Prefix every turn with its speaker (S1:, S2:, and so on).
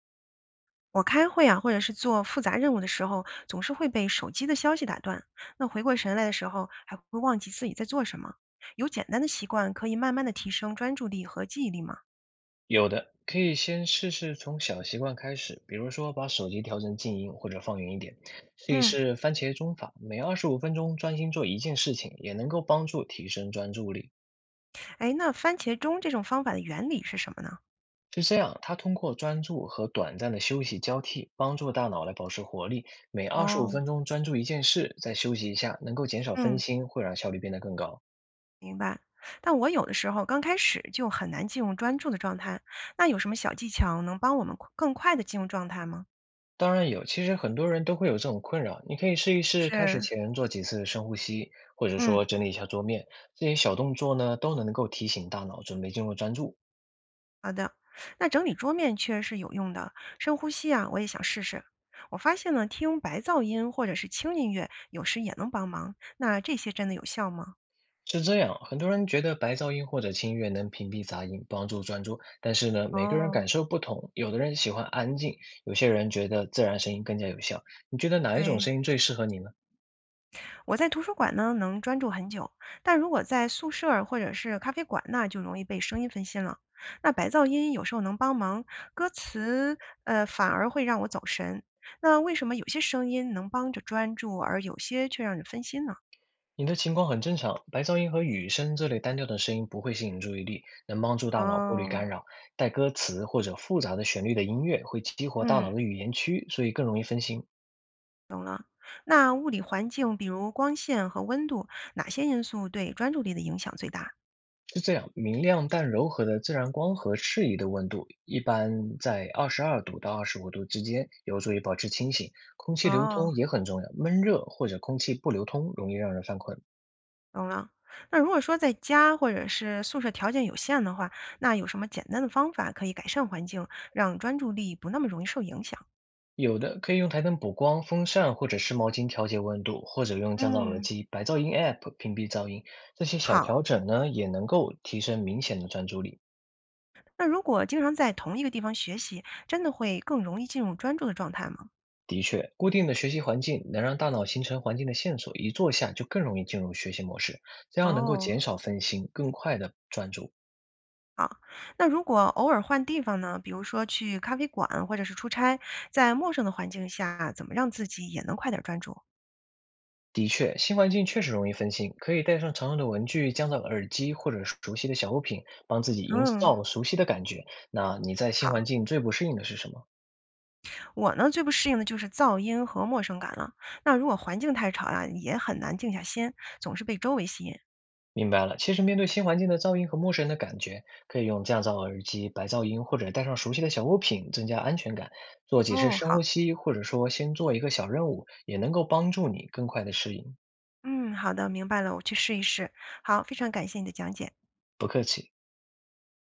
S1: 我开会啊，或者是做复杂任务的时候，总是会被手机的消息打断。那回过神来的时候，还会忘记自己在做什么。有简单的习惯可以慢慢的提升专注力和记忆力吗？
S2: 有的，可以先试试从小习惯开始，比如说把手机调成静音或者放远一点，试一
S1: 嗯，
S2: 试番茄钟法，每二十五分钟专心做一件事情，也能够帮助提升专注力。
S1: 哎，那番茄钟这种方法的原理是什么呢？
S2: 是这样，它通过专注和短暂的休息交替，帮助大脑来保持活力。每二十五
S1: 哦，
S2: 分钟专注一件事，再休息一下，能够减少分
S1: 嗯，
S2: 心，会让效率变得更高。
S1: 明白。但我有的时候刚开始就很难进入专注的状态，那有什么小技巧能帮我们快更快的进入状态吗？
S2: 当然有，其实很多人都会有这种困扰。你可以试一试，开始
S1: 是，
S2: 前做几次深呼吸，或者
S1: 嗯。
S2: 说整理一下桌面，这些小动作呢都能够提醒大脑准备进入专注。
S1: 好的，那整理桌面确实是有用的。深呼吸啊，我也想试试。我发现呢，听白噪音或者是轻音乐，有时也能帮忙。那这些真的有效吗？
S2: 是这样，很多人觉得白噪音或者轻音乐能屏蔽杂音，帮助专注，但是呢，每个人
S1: 哦，
S2: 感受不同，有的人喜欢安静，有些人觉得自然声音更加有效。你觉得哪一种
S1: 对，
S2: 声音最适合你呢？
S1: 我在图书馆呢能专注很久，但如果在宿舍儿或者是咖啡馆，那就容易被声音分心了。那白噪音有时候能帮忙，歌词反而会让我走神。那为什么有些声音能帮着专注，而有些却让人分心呢？
S2: 你的情况很正常，白噪音和雨声这类单调的声音不会吸引注意力，能帮助大脑过滤
S1: 哦，
S2: 干扰。带歌词或者复杂的旋律的音乐会激活大
S1: 嗯。
S2: 脑的语言区，所以更容易分心。
S1: 那物理环境，比如光线和温度，哪些因素对专注力的影响最大？
S2: 是这样，明亮但柔和的自然光和适宜的温度，一般在22度到25度之间，有助于保持清醒。空气流
S1: 哦，
S2: 通也很重要，闷热或者空气不流通容易让人犯困。
S1: 懂了。那如果说在家或者是宿舍条件有限的话，那有什么简单的方法可以改善环境，让专注力不那么容易受影响？
S2: 有的可以用台灯补光、风扇或者湿毛巾调节温度，或者用降噪耳
S1: 嗯，
S2: 机、白噪音 App 屏蔽噪音。这些小
S1: 好。
S2: 调整呢，也能够提升明显的专注力。
S1: 那如果经常在同一个地方学习，真的会更容易进入专注的状态吗？
S2: 的确，固定的学习环境能让大脑形成环境的线索，一坐下就更容易进入学习模式，这样能够
S1: 哦，
S2: 减少分心，更快的专注。
S1: 好。那如果偶尔换地方呢，比如说去咖啡馆或者是出差，在陌生的环境下，怎么让自己也能快点专注？
S2: 的确，新环境确实容易分心，可以带上常用的文具、降噪耳机或者熟悉的小物品，帮自己营
S1: 嗯，
S2: 造熟悉的感觉。那你在新
S1: 好，
S2: 环境最不适应的是什么？
S1: 我呢最不适应的就是噪音和陌生感了。那如果环境太吵呀，也很难静下心，总是被周围吸引。
S2: 明白了，其实面对新环境的噪音和陌生人的感觉，可以用降噪耳机、白噪音，或者带上熟悉的小物品，增加安全感。做几次
S1: 哦，
S2: 深呼
S1: 好，
S2: 吸，或者说先做一个小任务，也能够帮助你更快的适应。
S1: 嗯，好的，明白了，我去试一试。好，非常感谢你的讲解。
S2: 不客气。